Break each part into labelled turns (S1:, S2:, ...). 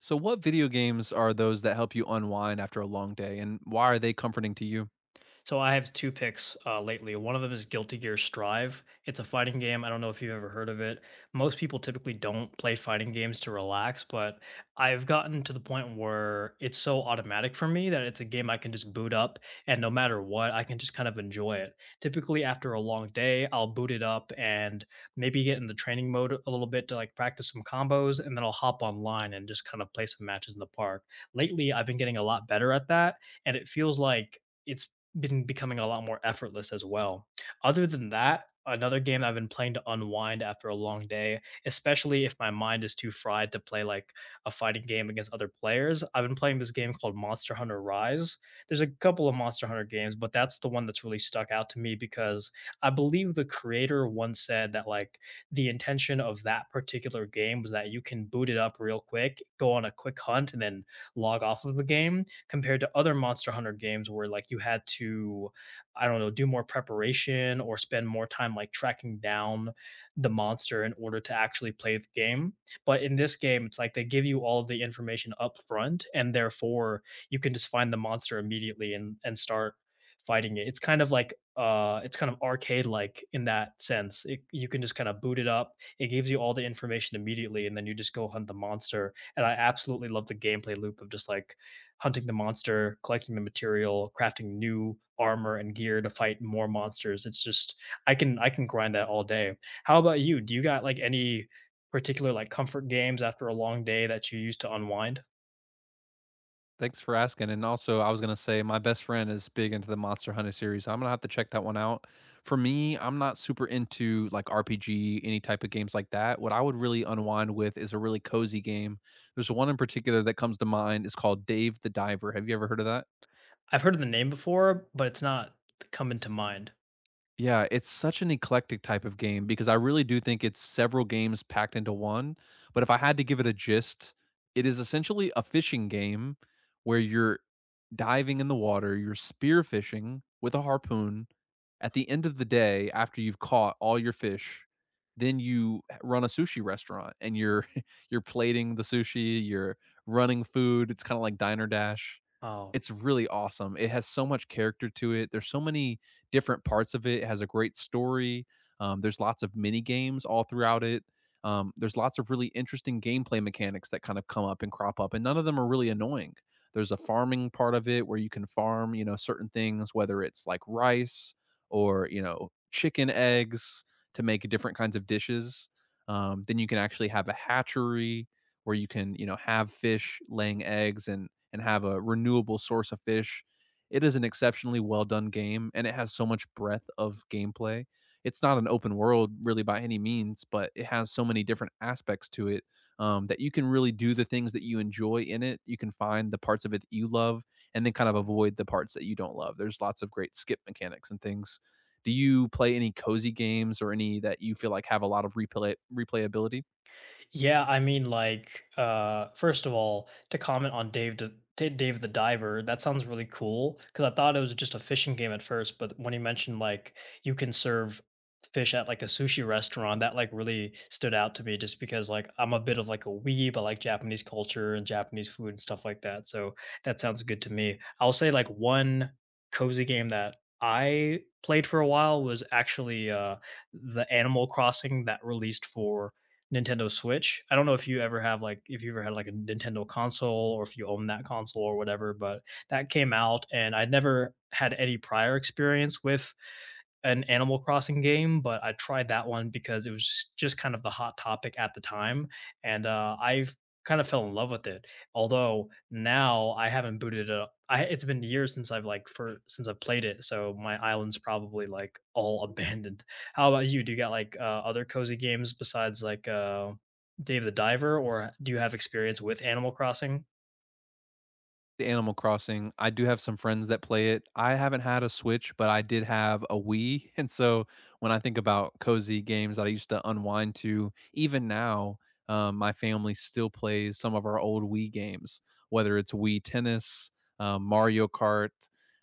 S1: So, what video games are those that help you unwind after a long day, and why are they comforting to you?
S2: So I have two picks, lately. One of them is Guilty Gear Strive. It's a fighting game. I don't know if you've ever heard of it. Most people typically don't play fighting games to relax, but I've gotten to the point where it's so automatic for me that it's a game I can just boot up and no matter what, I can just kind of enjoy it. Typically after a long day, I'll boot it up and maybe get in the training mode a little bit to like practice some combos, and then I'll hop online and just kind of play some matches in the park. Lately, I've been getting a lot better at that, and it feels like it's been becoming a lot more effortless as well. Other than that, another game I've been playing to unwind after a long day, especially if my mind is too fried to play like a fighting game against other players. I've been playing this game called Monster Hunter Rise. There's a couple of Monster Hunter games, but that's the one that's really stuck out to me because I believe the creator once said that like the intention of that particular game was that you can boot it up real quick, go on a quick hunt, and then log off of the game compared to other Monster Hunter games where like you had to, I don't know, do more preparation or spend more time like tracking down the monster in order to actually play the game. But in this game, it's like they give you all of the information up front, and therefore you can just find the monster immediately and start fighting it. It's kind of like it's kind of arcade like in that sense. It, you can just kind of boot it up. It gives you all the information immediately, and then you just go hunt the monster. And I absolutely love the gameplay loop of just like hunting the monster, collecting the material, crafting new armor and gear to fight more monsters. It's just I can grind that all day. How about you? Do you got like any particular like comfort games after a long day that you use to unwind?
S1: Thanks for asking. And also, I was gonna say my best friend is big into the Monster Hunter series. So I'm gonna have to check that one out. For me, I'm not super into like RPG, any type of games like that. What I would really unwind with is a really cozy game. There's one in particular that comes to mind. It's called Dave the Diver. Have you ever heard of that?
S2: I've heard of the name before, but it's not coming to mind.
S1: Yeah, it's such an eclectic type of game because I really do think it's several games packed into one. But if I had to give it a gist, it is essentially a fishing game where you're diving in the water, you're spear fishing with a harpoon. At the end of the day, after you've caught all your fish, then run a sushi restaurant and you're you're plating the sushi, you're running food. It's kind of like Diner Dash. It's really awesome. It has so much character to it. There's so many different parts of it. It has a great story. There's lots of mini games all throughout it. There's lots of really interesting gameplay mechanics that kind of come up and crop up, and none of them are really annoying. There's a farming part of it where you can farm, you know, certain things, whether it's like rice or you know chicken eggs to make different kinds of dishes. Then you can actually have a hatchery where you can you know have fish laying eggs and have a renewable source of fish. It is an exceptionally well done game and it has so much breadth of gameplay. It's not an open world really by any means, but it has so many different aspects to it that you can really do the things that you enjoy in it. You can find the parts of it that you love and then kind of avoid the parts that you don't love. There's lots of great skip mechanics and things. Do you play any cozy games or any that you feel like have a lot of replayability?
S2: Yeah, I mean, like, first of all, to comment on Dave the Diver, that sounds really cool because I thought it was just a fishing game at first, but when he mentioned like you can serve fish at like a sushi restaurant, that like really stood out to me just because like I'm a bit of like a weeb, I like Japanese culture and Japanese food and stuff like that. So that sounds good to me. I'll say like one cozy game that I played for a while was actually the Animal Crossing that released for Nintendo Switch. I don't know if you ever have like if you ever had like a Nintendo console or if you own that console or whatever, but that came out and I'd never had any prior experience with an Animal Crossing game, but I tried that one because it was just kind of the hot topic at the time, and I've kind of fell in love with it. Although now I haven't booted it up. I, it's been years since I've like for since I've played it, so my island's probably like all abandoned. How about you? Do you got like other cozy games besides like Dave the Diver, or do you have experience with Animal Crossing?
S1: The Animal Crossing. I do have some friends that play it. I haven't had a Switch, but I did have a Wii, and so when I think about cozy games that I used to unwind to, even now, my family still plays some of our old Wii games, whether it's Wii Tennis, Mario Kart.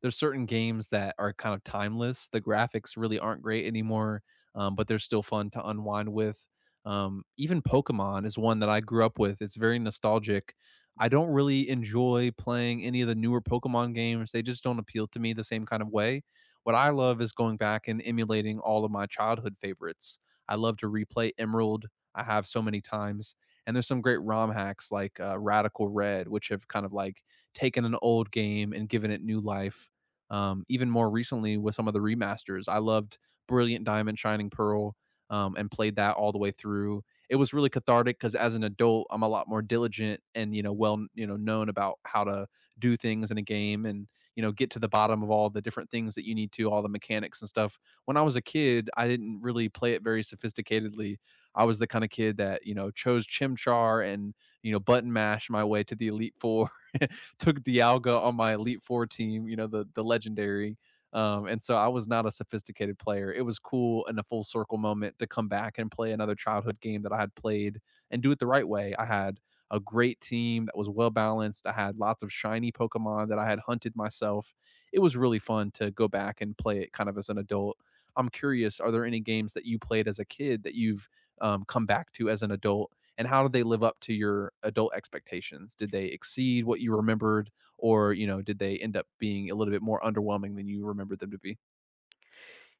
S1: There's certain games that are kind of timeless. The graphics really aren't great anymore, but they're still fun to unwind with. Even Pokemon is one that I grew up with. It's very nostalgic. I don't really enjoy playing any of the newer Pokemon games. They just don't appeal to me the same kind of way. What I love is going back and emulating all of my childhood favorites. I love to replay Emerald. I have so many times. And there's some great ROM hacks like Radical Red, which have kind of like taken an old game and given it new life. Even more recently with some of the remasters, I loved Brilliant Diamond, Shining Pearl, and played that all the way through. It was really cathartic because as an adult, I'm a lot more diligent and you know well you know known about how to do things in a game and you know get to the bottom of all the different things that you need to, all the mechanics and stuff. When I was a kid, I didn't really play it very sophisticatedly. I was the kind of kid that you know chose Chimchar and you know button mash my way to the Elite Four, took Dialga on my Elite Four team, you know the legendary, and so I was not a sophisticated player. It was cool in a full circle moment to come back and play another childhood game that I had played and do it the right way. I had a great team that was well balanced. I had lots of shiny Pokemon that I had hunted myself. It was really fun to go back and play it kind of as an adult. I'm curious, are there any games that you played as a kid that you've come back to as an adult? And how did they live up to your adult expectations? Did they exceed what you remembered? Or you know did they end up being a little bit more underwhelming than you remember them to be?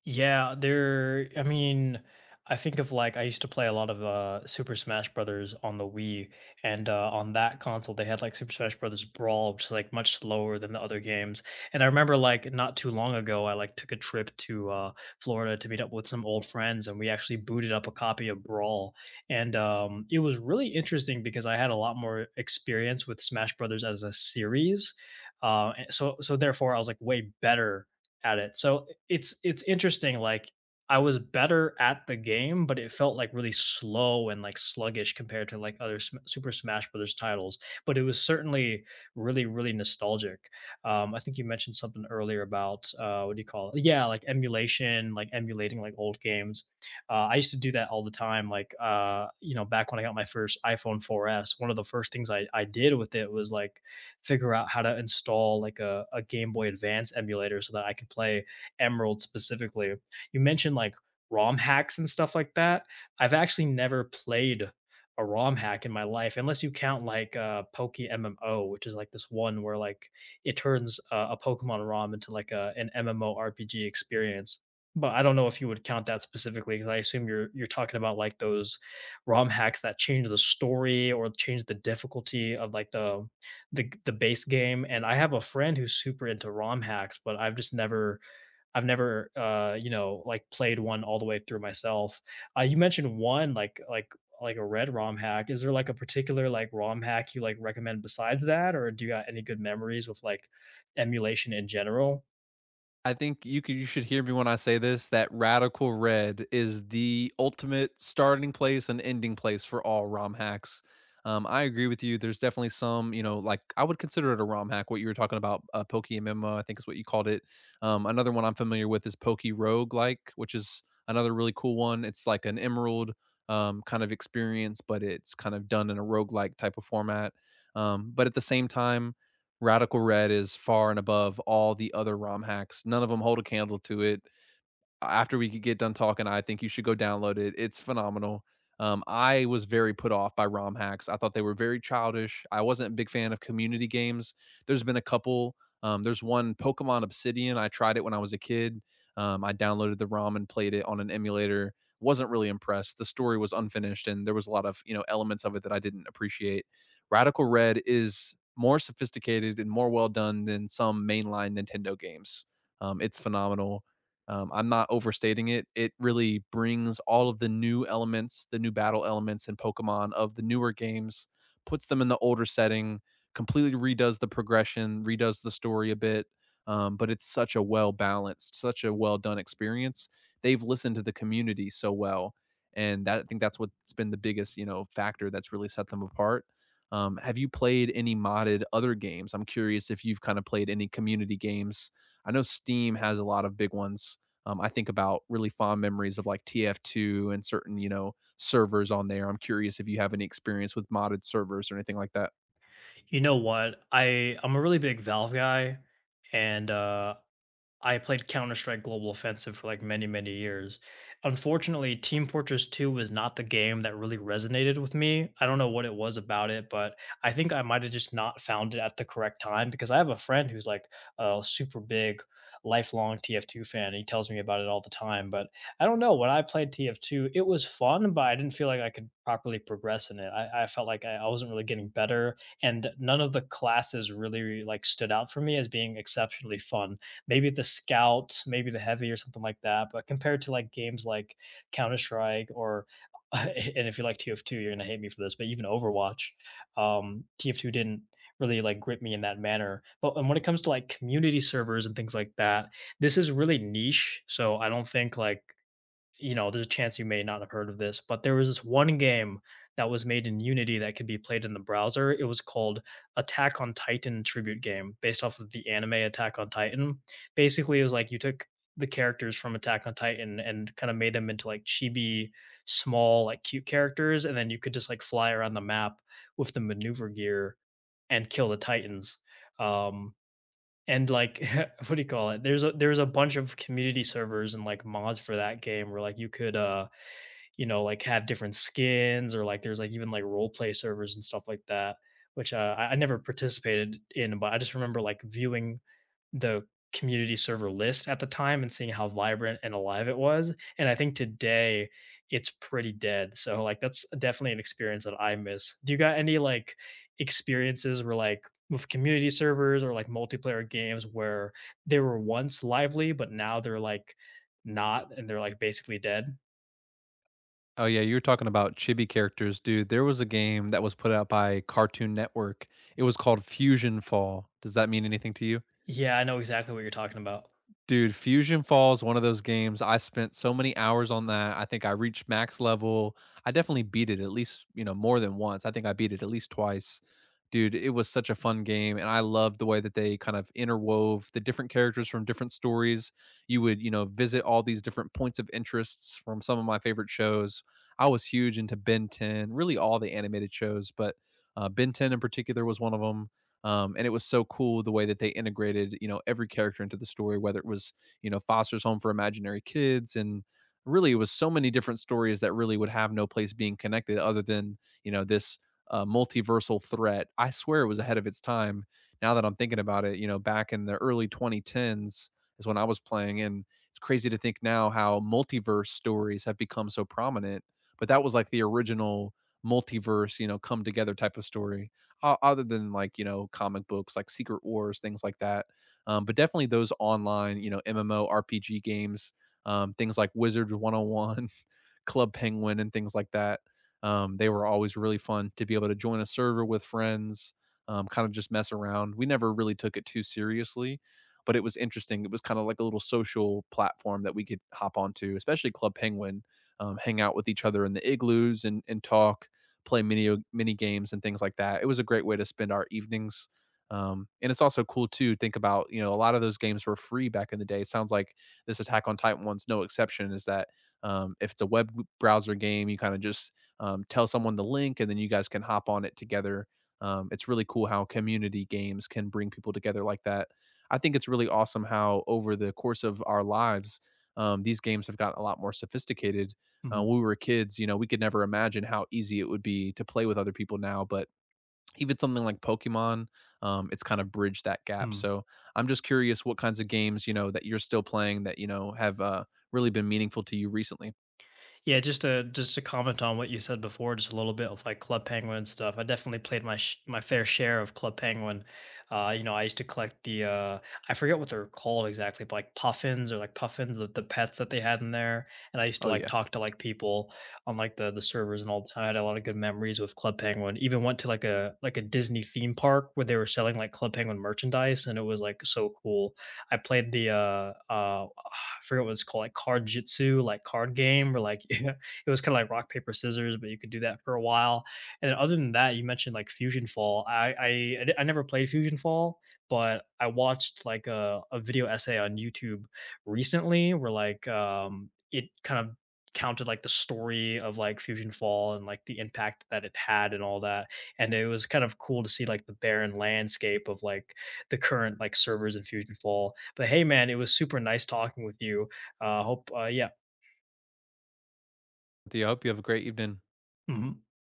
S2: Yeah, there. I mean, I think of like I used to play a lot of Super Smash Brothers on the Wii, and on that console they had like Super Smash Brothers Brawl, which is like much slower than the other games. And I remember like not too long ago, I like took a trip to Florida to meet up with some old friends, and we actually booted up a copy of Brawl, and it was really interesting because I had a lot more experience with Smash Brothers as a series. And so therefore, I was like way better at it. So it's interesting. Like I was better at the game, but it felt like really slow and like sluggish compared to like other Super Smash Brothers titles. But it was certainly really really nostalgic. I think you mentioned something earlier about what do you call it? Yeah, like emulation, like emulating like old games. I used to do that all the time. Like you know, back when I got my first iPhone 4S, one of the first things I did with it was like figure out how to install like a Game Boy Advance emulator so that I can play Emerald specifically. You mentioned like ROM hacks and stuff like that. I've actually never played a ROM hack in my life, unless you count like Poke MMO, which is like this one where like it turns a Pokemon ROM into like an MMORPG experience. But I don't know if you would count that specifically because I assume you're talking about like those ROM hacks that change the story or change the difficulty of like the base game, and I have a friend who's super into ROM hacks, but I've just never I've never you know like played one all the way through myself. You mentioned one like a red ROM hack. Is there like a particular like ROM hack you like recommend besides that, or do you got any good memories with like emulation in general?
S1: I think you could you should hear me when I say this that Radical Red is the ultimate starting place and ending place for all ROM hacks. I agree with you. There's definitely some, you know, like I would consider it a ROM hack. What you were talking about, Pokey MMO, I think is what you called it. Another one I'm familiar with is Pokey Rogue, like, which is another really cool one. It's like an Emerald kind of experience, but it's kind of done in a roguelike type of format. But at the same time, Radical Red is far and above all the other ROM hacks. None of them hold a candle to it. After we could get done talking, I think you should go download it. It's phenomenal. I was very put off by ROM hacks. I thought they were very childish. I wasn't a big fan of community games. There's been a couple. There's one Pokemon Obsidian. I tried it when I was a kid. I downloaded the ROM and played it on an emulator. Wasn't really impressed. The story was unfinished, and there was a lot of you know elements of it that I didn't appreciate. Radical Red is more sophisticated and more well done than some mainline Nintendo games. It's phenomenal. I'm not overstating it. It really brings all of the new elements, the new battle elements in Pokemon of the newer games, puts them in the older setting, completely redoes the progression, redoes the story a bit. But it's such a well balanced, such a well done experience. They've listened to the community so well, and that, I think that's what's been the biggest, you know, factor that's really set them apart. Have you played any modded other games? I'm curious if you've kind of played any community games. I know Steam has a lot of big ones. I think about really fond memories of like TF2 and certain, you know, servers on there. I'm curious if you have any experience with modded servers or anything like that.
S2: You know what? I'm a really big Valve guy, and I played Counter-Strike Global Offensive for, like, many, many years. Unfortunately, Team Fortress 2 was not the game that really resonated with me. I don't know what it was about it, but I think I might've just not found it at the correct time because I have a friend who's, like, a super big lifelong TF2 fan, he tells me about it all the time, but I don't know, when I played TF2, it was fun, but I didn't feel like I could properly progress in it. I felt like I wasn't really getting better, and none of the classes really, like, stood out for me as being exceptionally fun. Maybe the scout, maybe the heavy or something like that. But compared to like games like Counter Strike or and if you like TF2, you're gonna hate me for this, but even Overwatch, TF2 didn't really like grip me in that manner. But and when it comes to like community servers and things like that, this is really niche. So I don't think like you know, there's a chance you may not have heard of this, but there was this one game that was made in Unity that could be played in the browser. It was called Attack on Titan Tribute Game, based off of the anime Attack on Titan. Basically, it was like you took the characters from Attack on Titan and kind of made them into like chibi, small, like cute characters, and then you could just like fly around the map with the maneuver gear and kill the Titans. Um, and like what do you call it, there's a bunch of community servers and like mods for that game where like you could you know like have different skins, or like there's like even like role play servers and stuff like that, which I never participated in, but I just remember like viewing the community server list at the time and seeing how vibrant and alive it was. And I think today it's pretty dead. So like that's definitely an experience that I miss. Do you got any like experiences where like with community servers or like multiplayer games where they were once lively, but now they're like not and they're like basically dead?
S1: Oh yeah, you were talking about chibi characters, dude. There was a game that was put out by Cartoon Network. It was called Fusion Fall. Does that mean anything to you?
S2: Yeah, I know exactly what you're talking about.
S1: Dude, Fusion Falls, one of those games, I spent so many hours on that. I think I reached max level. I definitely beat it at least, you know, more than once. I think I beat it at least twice. Dude, it was such a fun game, and I loved the way that they kind of interwove the different characters from different stories. You would, you know, visit all these different points of interests from some of my favorite shows. I was huge into Ben 10, really all the animated shows, but Ben 10 in particular was one of them. And it was so cool the way that they integrated, you know, every character into the story, whether it was, you know, Foster's Home for Imaginary Kids and really it was so many different stories that really would have no place being connected other than, you know, this multiversal threat. I swear it was ahead of its time. Now that I'm thinking about it, you know, back in the early 2010s is when I was playing. And it's crazy to think now how multiverse stories have become so prominent. But that was like the original multiverse, you know, come together type of story other than like you know comic books like Secret Wars things like that. But definitely those online you know MMO RPG games, things like Wizards 101, Club Penguin and things like that. They were always really fun to be able to join a server with friends, kind of just mess around. We never really took it too seriously, but it was interesting. It was kind of like a little social platform that we could hop onto, especially Club Penguin, hang out with each other in the igloos and talk, play mini games and things like that. It was a great way to spend our evenings. And it's also cool to think about, you know, a lot of those games were free back in the day. It sounds like this Attack on Titan one's no exception, is that if it's a web browser game, you kind of just tell someone the link and then you guys can hop on it together. It's really cool how community games can bring people together like that. I think it's really awesome how over the course of our lives, these games have gotten a lot more sophisticated.
S2: Mhm.
S1: When we were kids, you know, we could never imagine how easy it would be to play with other people now. But even something like Pokemon, it's kind of bridged that gap.
S2: Mhm.
S1: So I'm just curious what kinds of games, you know, that you're still playing that, you know, have really been meaningful to you recently.
S2: Yeah, just to comment on what you said before, just a little bit with like Club Penguin and stuff. I definitely played my fair share of Club Penguin. You know, I used to collect the I forget what they're called exactly, but like puffins or like puffins, the pets that they had in there. And I used to
S1: Oh,
S2: like
S1: yeah.
S2: talk to like people on like the servers and all the time. I had a lot of good memories with Club Penguin. Even went to like a Disney theme park where they were selling like Club Penguin merchandise, and it was like so cool. I played the I forget what it's called, like card jitsu, like card game, or like it was kind of like rock paper scissors, but you could do that for a while. And then other than that, you mentioned like Fusion Fall. I never played Fusion Fall, but I watched like a video essay on YouTube recently where like it kind of counted like the story of like Fusion Fall and like the impact that it had and all that. And it was kind of cool to see like the barren landscape of like the current like servers in Fusionfall. But hey, man, it was super nice talking with you. Yeah.
S1: With you, I hope you have a great evening.
S2: Mhm.